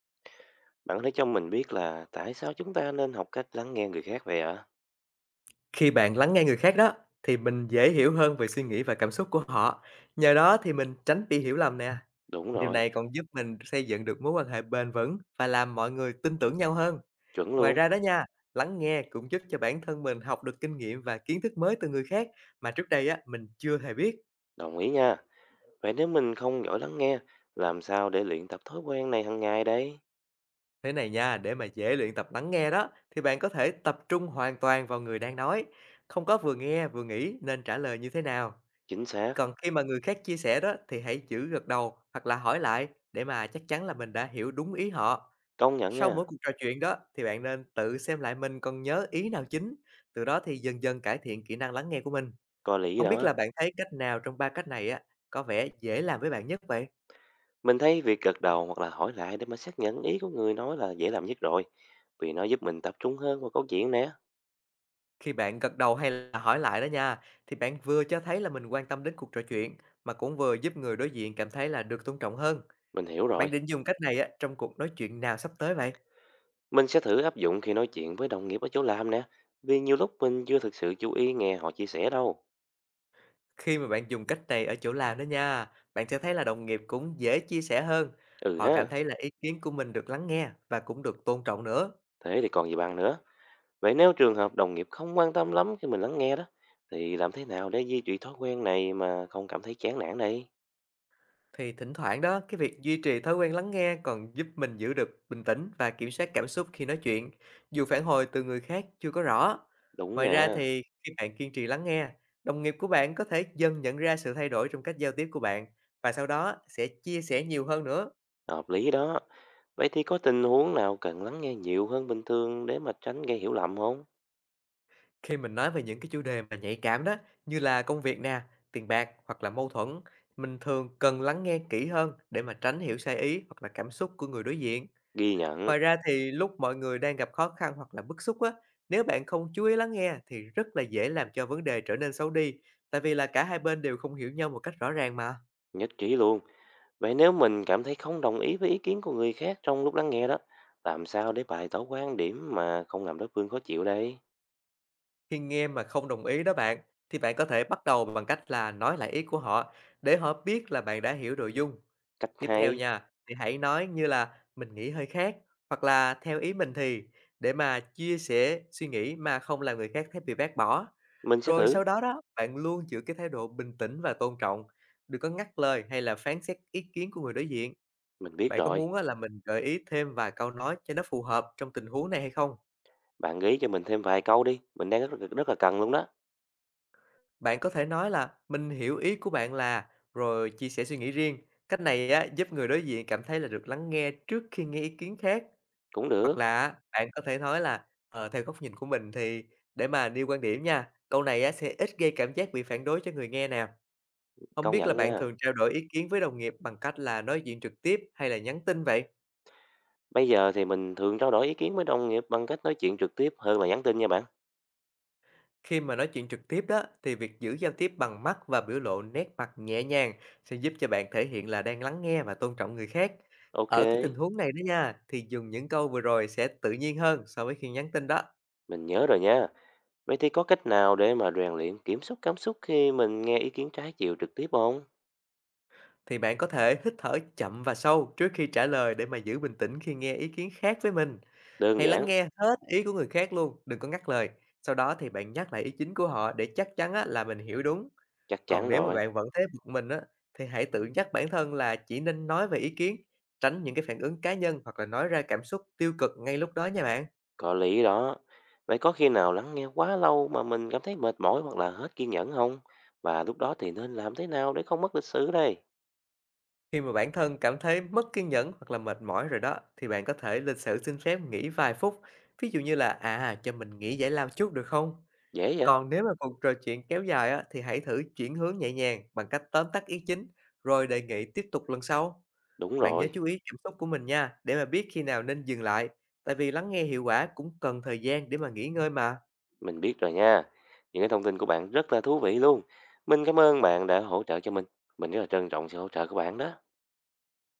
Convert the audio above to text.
Bạn có thể cho mình biết là tại sao chúng ta nên học cách lắng nghe người khác vậy ạ? Khi bạn lắng nghe người khác đó, thì mình dễ hiểu hơn về suy nghĩ và cảm xúc của họ. Nhờ đó thì mình tránh bị hiểu lầm nè. Đúng Điều rồi, này còn giúp mình xây dựng được mối quan hệ bền vững và làm mọi người tin tưởng nhau hơn. chuẩn Ngoài luôn, ra đó nha, lắng nghe cũng giúp cho bản thân mình học được kinh nghiệm và kiến thức mới từ người khác mà trước đây á mình chưa hề biết. đồng ý nha. Vậy nếu mình không giỏi lắng nghe, làm sao để luyện tập thói quen này hàng ngày đấy? Thế này nha, để mà dễ luyện tập lắng nghe đó thì bạn có thể tập trung hoàn toàn vào người đang nói, không có vừa nghe vừa nghĩ nên trả lời như thế nào. Chính xác, Còn khi mà người khác chia sẻ đó thì hãy giữ gật đầu hoặc là hỏi lại để mà chắc chắn là mình đã hiểu đúng ý họ. công nhận Sau nha, mỗi cuộc trò chuyện đó thì bạn nên tự xem lại mình còn nhớ ý nào chính, từ đó thì dần dần cải thiện kỹ năng lắng nghe của mình. có lý Không biết là đó. bạn thấy cách nào trong ba cách này á có vẻ dễ làm với bạn nhất vậy? Mình thấy việc gật đầu hoặc là hỏi lại để mà xác nhận ý của người nói là dễ làm nhất rồi, vì nó giúp mình tập trung hơn vào câu chuyện nè. Khi bạn gật đầu hay là hỏi lại đó nha, thì bạn vừa cho thấy là mình quan tâm đến cuộc trò chuyện mà cũng vừa giúp người đối diện cảm thấy là được tôn trọng hơn. Mình hiểu rồi, Bạn định dùng cách này á trong cuộc nói chuyện nào sắp tới vậy? mình sẽ thử áp dụng khi nói chuyện với đồng nghiệp ở chỗ làm nè, vì nhiều lúc mình chưa thực sự chú ý nghe họ chia sẻ đâu. Khi mà bạn dùng cách này ở chỗ làm đó nha, bạn sẽ thấy là đồng nghiệp cũng dễ chia sẻ hơn. Ừ Họ ha, cảm thấy là ý kiến của mình được lắng nghe và cũng được tôn trọng nữa. thế thì còn gì bằng nữa. Vậy nếu trường hợp đồng nghiệp không quan tâm lắm khi mình lắng nghe đó, thì làm thế nào để duy trì thói quen này mà không cảm thấy chán nản đây? Thì thỉnh thoảng đó, cái việc duy trì thói quen lắng nghe còn giúp mình giữ được bình tĩnh và kiểm soát cảm xúc khi nói chuyện, dù phản hồi từ người khác chưa có rõ. Đúng Ngoài ra nha, thì khi bạn kiên trì lắng nghe, đồng nghiệp của bạn có thể dần nhận ra sự thay đổi trong cách giao tiếp của bạn và sau đó sẽ chia sẻ nhiều hơn nữa. hợp lý đó. Vậy thì có tình huống nào cần lắng nghe nhiều hơn bình thường để mà tránh gây hiểu lầm không? Khi mình nói về những cái chủ đề mà nhạy cảm đó, như là công việc nè, tiền bạc hoặc là mâu thuẫn, mình thường cần lắng nghe kỹ hơn để mà tránh hiểu sai ý hoặc là cảm xúc của người đối diện. Ghi nhận, Ngoài ra thì lúc mọi người đang gặp khó khăn hoặc là bức xúc á, nếu bạn không chú ý lắng nghe thì rất là dễ làm cho vấn đề trở nên xấu đi, tại vì là cả hai bên đều không hiểu nhau một cách rõ ràng mà. nhất trí luôn. Vậy nếu mình cảm thấy không đồng ý với ý kiến của người khác trong lúc lắng nghe đó, làm sao để bày tỏ quan điểm mà không làm đối phương khó chịu đây? Khi nghe mà không đồng ý đó bạn, thì bạn có thể bắt đầu bằng cách là nói lại ý của họ để họ biết là bạn đã hiểu nội dung. Cách Tiếp hay, theo nha, thì hãy nói như là "mình nghĩ hơi khác" hoặc là "theo ý mình thì" để mà chia sẻ suy nghĩ mà không làm người khác thấy bị bác bỏ. mình sẽ Rồi thử. sau đó đó, bạn luôn giữ cái thái độ bình tĩnh và tôn trọng, đừng có ngắt lời hay là phán xét ý kiến của người đối diện. Mình biết Bạn có rồi, muốn á là mình gợi ý thêm vài câu nói cho nó phù hợp trong tình huống này hay không? bạn gợi ý cho mình thêm vài câu đi, mình đang rất rất là cần luôn đó. Bạn có thể nói là "mình hiểu ý của bạn là" rồi chia sẻ suy nghĩ riêng. Cách này á, giúp người đối diện cảm thấy là được lắng nghe trước khi nghe ý kiến khác. Cũng Hoặc được. là á, bạn có thể nói là, theo góc nhìn của mình thì, để mà nêu quan điểm nha, câu này á sẽ ít gây cảm giác bị phản đối cho người nghe nè. Không Công biết là nhận bạn nha. thường trao đổi ý kiến với đồng nghiệp bằng cách là nói chuyện trực tiếp hay là nhắn tin vậy? Bây giờ thì mình thường trao đổi ý kiến với đồng nghiệp bằng cách nói chuyện trực tiếp hơn là nhắn tin nha bạn. Khi mà nói chuyện trực tiếp đó, thì việc giữ giao tiếp bằng mắt và biểu lộ nét mặt nhẹ nhàng sẽ giúp cho bạn thể hiện là đang lắng nghe và tôn trọng người khác. Ok, Ở cái tình huống này đó nha, thì dùng những câu vừa rồi sẽ tự nhiên hơn so với khi nhắn tin đó. mình nhớ rồi nha. Vậy thì có cách nào để mà rèn luyện kiểm soát cảm xúc khi mình nghe ý kiến trái chiều trực tiếp không? Thì bạn có thể hít thở chậm và sâu trước khi trả lời để mà giữ bình tĩnh khi nghe ý kiến khác với mình. Đơn Hãy lắng giản, nghe hết ý của người khác luôn, đừng có ngắt lời. Sau đó thì bạn nhắc lại ý chính của họ để chắc chắn á, là mình hiểu đúng. chắc Còn chắn nếu mà rồi, bạn vẫn thấy bực mình á, thì hãy tự nhắc bản thân là chỉ nên nói về ý kiến, tránh những cái phản ứng cá nhân hoặc là nói ra cảm xúc tiêu cực ngay lúc đó nha bạn. có lý đó. Vậy có khi nào lắng nghe quá lâu mà mình cảm thấy mệt mỏi hoặc là hết kiên nhẫn không? Và lúc đó thì nên làm thế nào để không mất lịch sử đây? Khi mà bản thân cảm thấy mất kiên nhẫn hoặc là mệt mỏi rồi đó, thì bạn có thể lịch sự xin phép nghỉ vài phút. Ví dụ như là, à, cho mình nghỉ giải lao chút được không? Dễ vậy? Còn nếu mà cuộc trò chuyện kéo dài á, thì hãy thử chuyển hướng nhẹ nhàng bằng cách tóm tắt ý chính, rồi đề nghị tiếp tục lần sau. Đúng Bạn nhớ rồi. chú ý cảm xúc của mình nha, để mà biết khi nào nên dừng lại. Tại vì lắng nghe hiệu quả cũng cần thời gian để mà nghỉ ngơi mà. Mình biết rồi nha. Những cái thông tin của bạn rất là thú vị luôn. Mình cảm ơn bạn đã hỗ trợ cho mình. Mình rất là trân trọng sự hỗ trợ của bạn đó.